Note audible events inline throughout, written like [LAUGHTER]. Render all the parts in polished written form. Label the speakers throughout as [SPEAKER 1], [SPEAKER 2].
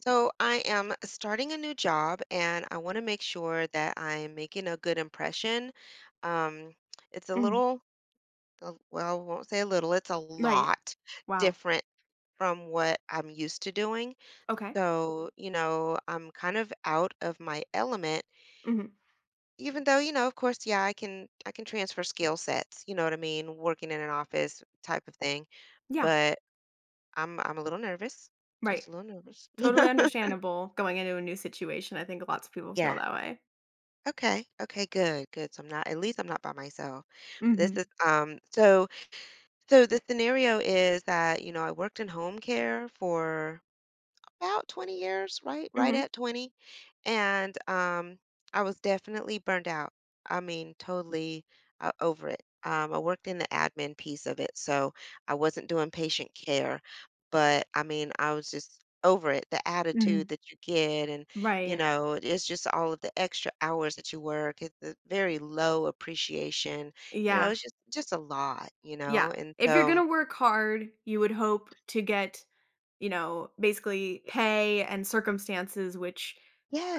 [SPEAKER 1] So I am starting a new job and I want to make sure that I'm making a good impression. Um, it's a
[SPEAKER 2] Mhm.
[SPEAKER 1] little, well, I won't say a little, it's a
[SPEAKER 2] Right.
[SPEAKER 1] lot
[SPEAKER 2] Wow.
[SPEAKER 1] different from what I'm used to doing.
[SPEAKER 2] Okay.
[SPEAKER 1] So, you know, I'm kind of out of my element,
[SPEAKER 2] Mhm.
[SPEAKER 1] even though, you know, of course, yeah, I can transfer skill sets, you know what I mean, working in an office type of thing.
[SPEAKER 2] Yeah.
[SPEAKER 1] But I'm a little nervous,
[SPEAKER 2] Right.
[SPEAKER 1] just a little nervous.
[SPEAKER 2] Totally
[SPEAKER 1] [LAUGHS]
[SPEAKER 2] understandable going into a new situation. I think lots of people feel
[SPEAKER 1] Yeah.
[SPEAKER 2] that way.
[SPEAKER 1] Okay. Okay, good, good. So I'm not at least I'm not by myself. But this is
[SPEAKER 2] Mhm.
[SPEAKER 1] so so the scenario is that, you know, I worked in home care for about 20 years, right? Right
[SPEAKER 2] Mhm.
[SPEAKER 1] at 20. And I was definitely burned out. I mean, totally over it. I worked in the admin piece of it, so I wasn't doing patient care, but I mean, I was just over it. The attitude
[SPEAKER 2] Mhm.
[SPEAKER 1] that you get, and you
[SPEAKER 2] Right.
[SPEAKER 1] know, it's just all of the extra hours that you work. It's the very low appreciation. You know,
[SPEAKER 2] Yeah.
[SPEAKER 1] it's just a lot. You
[SPEAKER 2] Yeah.
[SPEAKER 1] know, and
[SPEAKER 2] If you're
[SPEAKER 1] so
[SPEAKER 2] gonna work hard, you would hope to get, you know, basically pay and circumstances which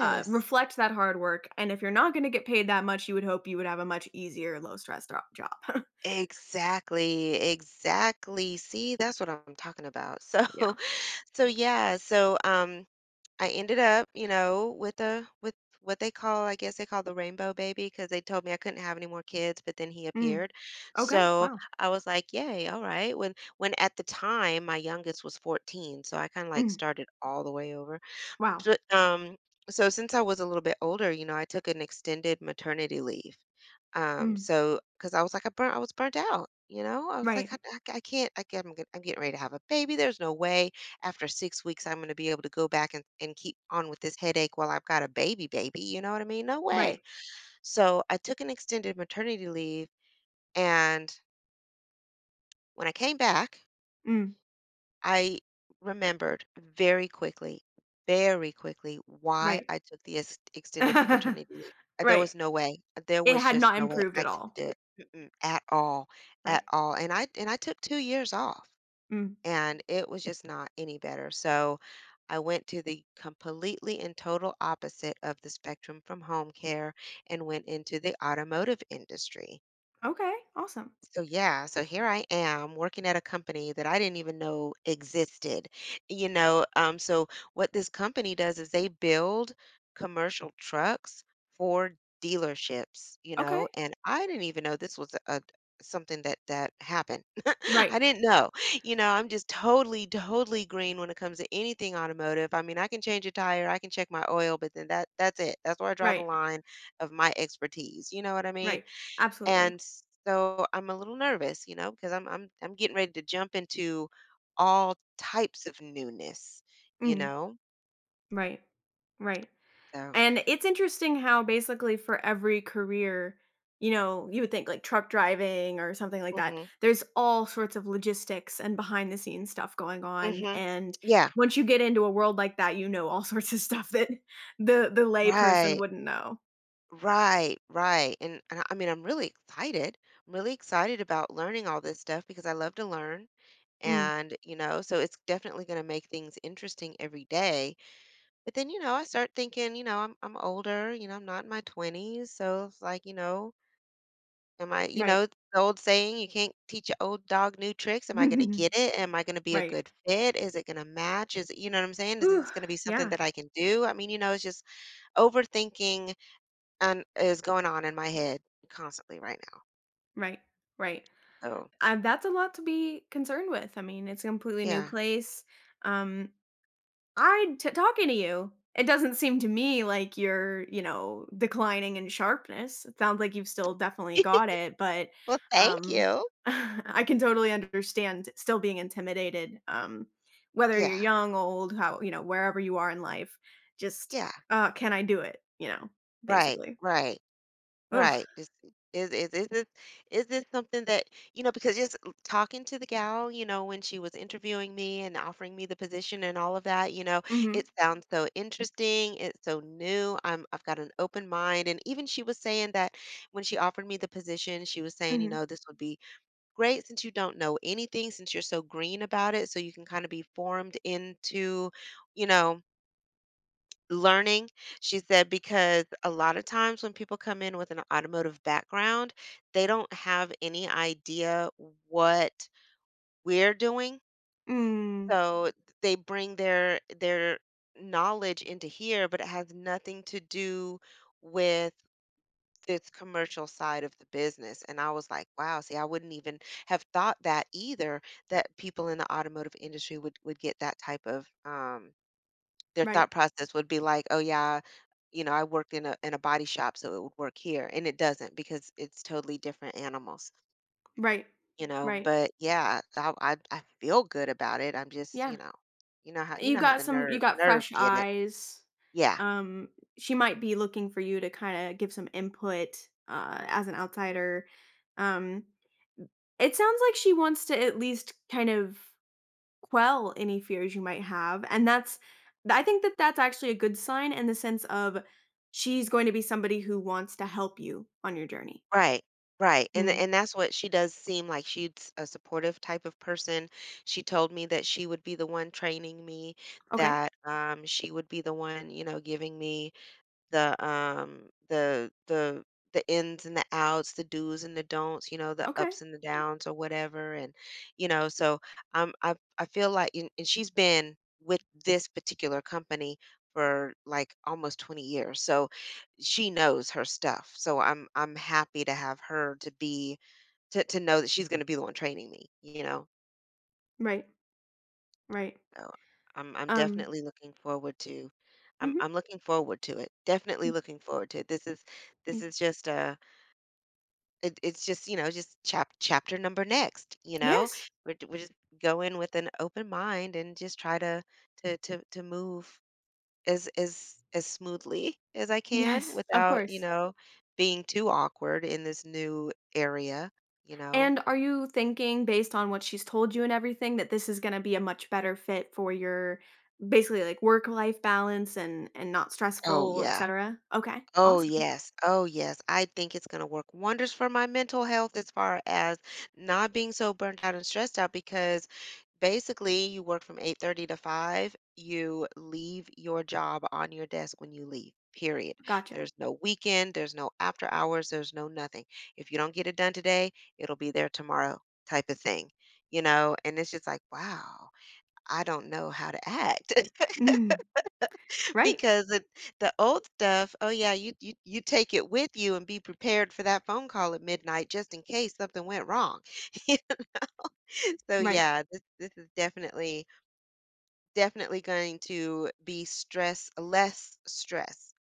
[SPEAKER 2] reflect that hard work. And if you're not going to get paid that much, you would hope you would have a much easier, low stress job. [LAUGHS]
[SPEAKER 1] exactly, exactly. See, that's what I'm talking about. So,
[SPEAKER 2] Yeah.
[SPEAKER 1] [LAUGHS] so yeah, so I ended up, you know, with a with what they call, I guess they call the rainbow baby because they told me I couldn't have any more kids, but then he
[SPEAKER 2] Mm.
[SPEAKER 1] appeared.
[SPEAKER 2] Okay.
[SPEAKER 1] So
[SPEAKER 2] Wow.
[SPEAKER 1] I was like, yay, all right. When at the time my youngest was 14, so I kind of like
[SPEAKER 2] Mm.
[SPEAKER 1] started all the way over.
[SPEAKER 2] Wow.
[SPEAKER 1] So, so since I was a little bit older, you know, I took an extended maternity leave.
[SPEAKER 2] Mm.
[SPEAKER 1] So because I was like, I was burnt out. You know, I was like,
[SPEAKER 2] Right.
[SPEAKER 1] I can't. I'm getting ready to have a baby. There's no way after 6 weeks I'm going to be able to go back and keep on with this headache while I've got a baby, baby. You know what I mean? No way.
[SPEAKER 2] Right.
[SPEAKER 1] So I took an extended maternity leave. And when I came back,
[SPEAKER 2] Mm,
[SPEAKER 1] I remembered very quickly why
[SPEAKER 2] right.
[SPEAKER 1] I took the extended
[SPEAKER 2] [LAUGHS]
[SPEAKER 1] maternity leave. There
[SPEAKER 2] Right.
[SPEAKER 1] was no way. There
[SPEAKER 2] It
[SPEAKER 1] was
[SPEAKER 2] had
[SPEAKER 1] just
[SPEAKER 2] not
[SPEAKER 1] no way
[SPEAKER 2] improved
[SPEAKER 1] I
[SPEAKER 2] at
[SPEAKER 1] could
[SPEAKER 2] all.
[SPEAKER 1] do it. Mm-mm, at all, at
[SPEAKER 2] Right.
[SPEAKER 1] all. And I took 2 years off,
[SPEAKER 2] Mm.
[SPEAKER 1] and it was just not any better. So I went to the completely and total opposite of the spectrum from home care and went into the automotive industry.
[SPEAKER 2] Okay, awesome.
[SPEAKER 1] So yeah, so here I am working at a company that I didn't even know existed. You know, so what this company does is they build commercial trucks for dealerships, you
[SPEAKER 2] Okay.
[SPEAKER 1] know, and I didn't even know this was something that happened. [LAUGHS]
[SPEAKER 2] Right,
[SPEAKER 1] I didn't know. You know, I'm just totally, totally green when it comes to anything automotive. I mean, I can change a tire, I can check my oil, but then that's it. That's where I draw the
[SPEAKER 2] right,
[SPEAKER 1] line of my expertise. You know what I mean?
[SPEAKER 2] right. Absolutely.
[SPEAKER 1] And so I'm a little nervous, you know, because I'm getting ready to jump into all types of newness, you
[SPEAKER 2] Mm,
[SPEAKER 1] know.
[SPEAKER 2] right, right.
[SPEAKER 1] So,
[SPEAKER 2] And it's interesting how basically for every career, you know, you would think like truck driving or something like that,
[SPEAKER 1] hmm,
[SPEAKER 2] there's all sorts of logistics and behind the scenes stuff going on,
[SPEAKER 1] hmm,
[SPEAKER 2] and
[SPEAKER 1] yeah,
[SPEAKER 2] once you get into a world like that, you know all [LAUGHS] sorts of stuff that the lay person
[SPEAKER 1] right,
[SPEAKER 2] wouldn't know.
[SPEAKER 1] right, right. And I mean, I'm really excited. I'm really excited about learning all this stuff because I love to learn,
[SPEAKER 2] Mm,
[SPEAKER 1] and you know, so it's definitely going to make things interesting every day. But then, you know, I start thinking, you know, I'm older. You know, I'm not in my 20s, so it's like, you know. Am I, you know,
[SPEAKER 2] right.
[SPEAKER 1] it's the old saying, you can't teach an old dog new tricks. Am I gonna get
[SPEAKER 2] [LAUGHS]
[SPEAKER 1] it? Am I gonna be a
[SPEAKER 2] Right.
[SPEAKER 1] good fit? Is it gonna match? Is it, you know what I'm saying? Is
[SPEAKER 2] Whew.
[SPEAKER 1] this gonna be something
[SPEAKER 2] Yeah.
[SPEAKER 1] that I can do? I mean, you know, it's just overthinking and is going on in my head constantly right now.
[SPEAKER 2] Right. Right.
[SPEAKER 1] So,
[SPEAKER 2] That's a lot to be concerned with. I mean, it's a completely new
[SPEAKER 1] yeah.
[SPEAKER 2] place. Um, talking to you. It doesn't seem to me like you're, you know, declining in sharpness. It sounds like you've still definitely got it,
[SPEAKER 1] [LAUGHS]
[SPEAKER 2] but
[SPEAKER 1] Well, thank
[SPEAKER 2] um,
[SPEAKER 1] you.
[SPEAKER 2] [LAUGHS] I can totally understand still being intimidated. Whether you're
[SPEAKER 1] Yeah.
[SPEAKER 2] young, old, how you know, wherever you are in life, just
[SPEAKER 1] Yeah.
[SPEAKER 2] can I do it? You know,
[SPEAKER 1] Right.
[SPEAKER 2] basically.
[SPEAKER 1] Right.
[SPEAKER 2] Ugh.
[SPEAKER 1] Right. Is is is this is this something that you know? Because just talking to the gal, you know, when she was interviewing me and offering me the position and all of that, you know,
[SPEAKER 2] Mm-hmm.
[SPEAKER 1] it sounds so interesting. It's so new. I've got an open mind, and even she was saying that when she offered me the position, she was saying, you
[SPEAKER 2] Mm-hmm.
[SPEAKER 1] know, this would be great since you don't know anything, since you're so green about it, so you can kind of be formed into, you know. Learning, she said, because a lot of times when people come in with an automotive background, they don't have any idea what we're doing.
[SPEAKER 2] Mm,
[SPEAKER 1] So they bring their knowledge into here, but it has nothing to do with this commercial side of the business. And I was like, wow, see, I wouldn't even have thought that either, that people in the automotive industry would get that type of their
[SPEAKER 2] right,
[SPEAKER 1] thought process would be like, "Oh, yeah, you know, I worked in a body shop, so it would work here." And it doesn't because it's totally different animals,
[SPEAKER 2] right,
[SPEAKER 1] you know?
[SPEAKER 2] right.
[SPEAKER 1] But, yeah, I feel good about it. I'm just, you
[SPEAKER 2] Yeah.
[SPEAKER 1] know, you know how you know how the
[SPEAKER 2] You got
[SPEAKER 1] nerves
[SPEAKER 2] fresh
[SPEAKER 1] get it.
[SPEAKER 2] eyes.
[SPEAKER 1] Yeah,
[SPEAKER 2] Um, she might be looking for you to kinda give some input, as an outsider. Um, it sounds like she wants to at least kind of quell any fears you might have, and that's I think that that's actually a good sign in the sense of she's going to be somebody who wants to help you on your journey.
[SPEAKER 1] right, right, and
[SPEAKER 2] Mm,
[SPEAKER 1] that's what she does seem like she's a supportive type of person. She told me that she would be the one training me,
[SPEAKER 2] okay,
[SPEAKER 1] that, she would be the one, you know, giving me the um the the the ins and the outs, the do's and the don'ts, you know, the
[SPEAKER 2] okay.
[SPEAKER 1] ups and the downs or whatever. And, you know, so I feel like and she's been with this particular company for like almost 20 years. So she knows her stuff. So I'm happy to have her to be to know that she's gonna be the one training me, you know.
[SPEAKER 2] Right, right.
[SPEAKER 1] So, I'm
[SPEAKER 2] Um,
[SPEAKER 1] definitely looking forward to.
[SPEAKER 2] mhm.
[SPEAKER 1] I'm looking forward to it. Definitely looking forward to it. This is
[SPEAKER 2] Mm,
[SPEAKER 1] just it, it's just, you know, just chapter number next, you know.
[SPEAKER 2] yes.
[SPEAKER 1] We're we just go in with an open mind and just try to to move as smoothly as I can
[SPEAKER 2] Yes, of
[SPEAKER 1] without, you
[SPEAKER 2] course.
[SPEAKER 1] know, being too awkward in this new area, you know.
[SPEAKER 2] And are you thinking based on what she's told you and everything that this is gonna be a much better fit for your basically, like, work-life balance and not
[SPEAKER 1] Oh
[SPEAKER 2] stressful, et
[SPEAKER 1] yeah.
[SPEAKER 2] cetera? Okay,
[SPEAKER 1] Oh,
[SPEAKER 2] awesome.
[SPEAKER 1] yes. Oh, yes. I think it's going to work wonders for my mental health as far as not being so burnt out and stressed out because basically you work from 8:30 to 5. You leave your job on your desk when you leave. Period.
[SPEAKER 2] Gotcha.
[SPEAKER 1] There's no weekend, there's no after hours, there's no nothing. If you don't get it done today, it'll be there tomorrow type of thing. You know, and it's just like, wow, I don't know how to act.
[SPEAKER 2] Mhm. Right.
[SPEAKER 1] Because it the old stuff, oh yeah, you you take it with you and be prepared for that phone call at midnight just in case something went wrong. [LAUGHS] So
[SPEAKER 2] Right.
[SPEAKER 1] yeah, this is definitely definitely going to be stress less stress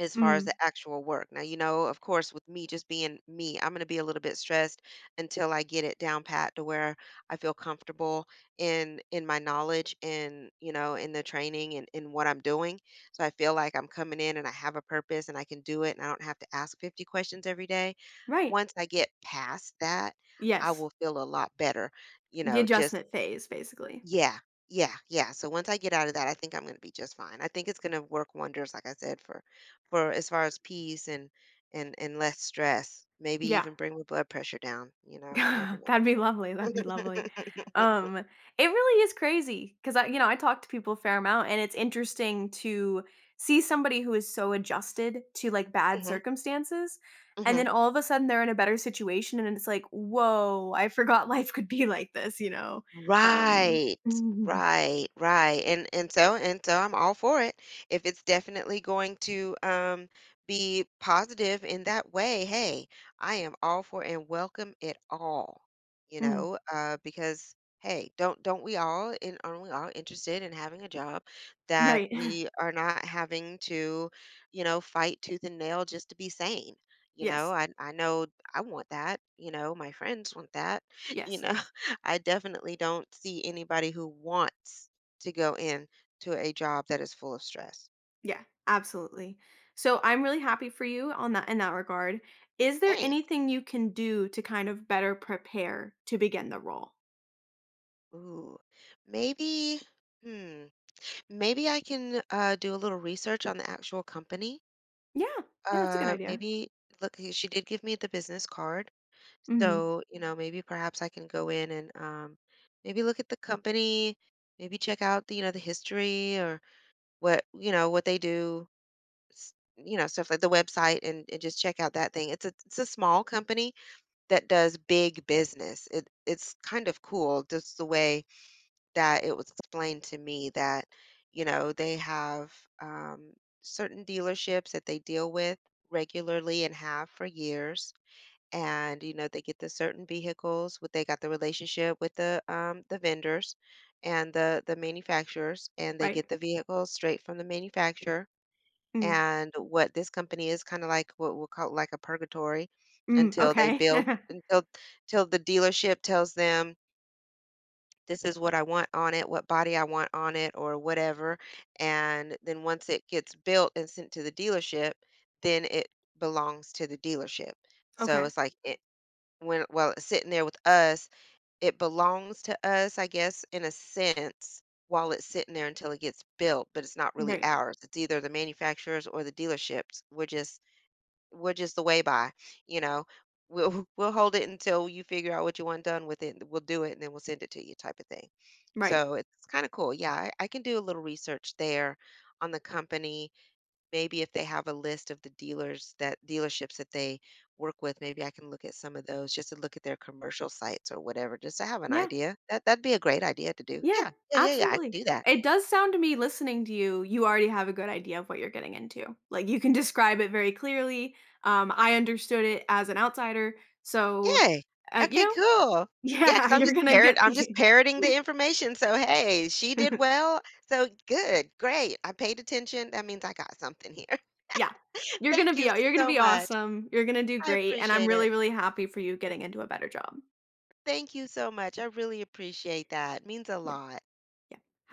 [SPEAKER 1] as far as
[SPEAKER 2] Mm.
[SPEAKER 1] the actual work. Now, you know, of course, with me just being me, I'm going to be a little bit stressed until I get it down pat to where I feel comfortable in my knowledge and, you know, in the training and in what I'm doing. So I feel like I'm coming in and I have a purpose and I can do it and I don't have to ask 50 questions every day.
[SPEAKER 2] Right.
[SPEAKER 1] Once I get past that, I
[SPEAKER 2] Yes.
[SPEAKER 1] will feel a lot better, you
[SPEAKER 2] The
[SPEAKER 1] know, just
[SPEAKER 2] adjustment phase, basically.
[SPEAKER 1] yeah, yeah, yeah. So once I get out of that, I think I'm gonna be just fine. I think it's gonna work wonders, like I said, for as far as peace and and less stress. Maybe
[SPEAKER 2] Yeah.
[SPEAKER 1] even bring my blood pressure down. You
[SPEAKER 2] [LAUGHS]
[SPEAKER 1] know, never know.
[SPEAKER 2] That'd be lovely, that'd be lovely.
[SPEAKER 1] [LAUGHS]
[SPEAKER 2] It really is crazy because I you know, I talk to people a fair amount, and it's interesting to see somebody who is so adjusted to, like, bad
[SPEAKER 1] hmm,
[SPEAKER 2] circumstances, and
[SPEAKER 1] hmm.
[SPEAKER 2] then all of a sudden they're in a better situation, and it's like, "Whoa, I forgot [LAUGHS] life could be like this," you know? Um,
[SPEAKER 1] Right,
[SPEAKER 2] [LAUGHS]
[SPEAKER 1] right, right, and so I'm all for it. If it's definitely going to be positive in that way, hey, I am all for and welcome it all, you
[SPEAKER 2] Mm.
[SPEAKER 1] know, because hey, don't we all in aren't we all interested in having a job that
[SPEAKER 2] Right. [LAUGHS]
[SPEAKER 1] we are not having to, you know, fight tooth and nail just to be sane. You know,
[SPEAKER 2] Yes.
[SPEAKER 1] I know I want that, you know, my friends want that, [LAUGHS] you
[SPEAKER 2] Yes.
[SPEAKER 1] know. I definitely don't see anybody who wants to go in to a job that is full of stress.
[SPEAKER 2] Yeah, absolutely. So I'm really happy for you on that in that regard. Is there
[SPEAKER 1] Thanks.
[SPEAKER 2] anything you can do to kind of better prepare to begin the role?
[SPEAKER 1] Ooh, maybe, hmm, maybe I can do a little research on the actual company.
[SPEAKER 2] Yeah, yeah, that's a good idea.
[SPEAKER 1] Maybe look, she did give me the business card,
[SPEAKER 2] Mhm.
[SPEAKER 1] so you know, maybe perhaps I can go in and maybe look at the company, maybe check out the you know the history or what you know what they do, you know, stuff like the website, and just check out that thing. It's a small company that does big business. It it's kind of cool, just the way that it was explained to me that you know they have, um, certain dealerships that they deal with regularly and have for years, and you know they get the certain vehicles, what they got the relationship with the, the vendors and the manufacturers, and they get
[SPEAKER 2] Right.
[SPEAKER 1] the vehicles straight from the manufacturer.
[SPEAKER 2] Mm.
[SPEAKER 1] And what this company is kinda like, what we'll call like a purgatory
[SPEAKER 2] Mm.
[SPEAKER 1] until they
[SPEAKER 2] Okay.
[SPEAKER 1] build
[SPEAKER 2] [LAUGHS]
[SPEAKER 1] until till the dealership tells them, "This is what I want on it, what body I want on it," or whatever, and then once it gets built and sent to the dealership, then it belongs to the dealership. So
[SPEAKER 2] Okay.
[SPEAKER 1] it's like, it when well, it's sitting there with us, it belongs to us, I guess, in a sense, while it's sitting there until it gets built, but it's not really
[SPEAKER 2] Right.
[SPEAKER 1] ours. It's either the manufacturer's or the dealership's. We're just, the way by, you know. We'll, [LAUGHS] we'll hold it until you figure out what you want done with it. And we'll do it and then we'll send it to you, type of thing.
[SPEAKER 2] Right.
[SPEAKER 1] So it's kind of cool. Yeah, I can do a little research there on the company. Maybe if they have a list of the dealerships that they work with, maybe I can look at some of those just to look at their commercial sites or whatever, just to have an
[SPEAKER 2] Yeah.
[SPEAKER 1] idea. That'd be a great idea to do.
[SPEAKER 2] Yeah.
[SPEAKER 1] Yeah, yeah, yeah, yeah. I can
[SPEAKER 2] Absolutely.
[SPEAKER 1] do that.
[SPEAKER 2] It does sound to me listening to you, you already have a good idea of what you're getting into. Like you can [LAUGHS] describe it very clearly. I understood it as an outsider, so
[SPEAKER 1] Yay.
[SPEAKER 2] you
[SPEAKER 1] Okay,
[SPEAKER 2] know,
[SPEAKER 1] cool.
[SPEAKER 2] [LAUGHS]
[SPEAKER 1] Yeah, because
[SPEAKER 2] yeah,
[SPEAKER 1] 'cause
[SPEAKER 2] you're gonna get
[SPEAKER 1] I'm just parroting the
[SPEAKER 2] [LAUGHS]
[SPEAKER 1] information. So hey, she did
[SPEAKER 2] [LAUGHS]
[SPEAKER 1] well. So good, great. I paid attention. That means I got something here.
[SPEAKER 2] Yeah.
[SPEAKER 1] [LAUGHS] Thank you
[SPEAKER 2] You're gonna
[SPEAKER 1] so
[SPEAKER 2] be
[SPEAKER 1] much.
[SPEAKER 2] awesome. You're gonna do
[SPEAKER 1] I
[SPEAKER 2] great, and I'm
[SPEAKER 1] appreciate it.
[SPEAKER 2] really, really happy for you getting into a better job.
[SPEAKER 1] Thank you so much. I really appreciate that. Means a
[SPEAKER 2] Yeah,
[SPEAKER 1] lot.
[SPEAKER 2] yeah. Have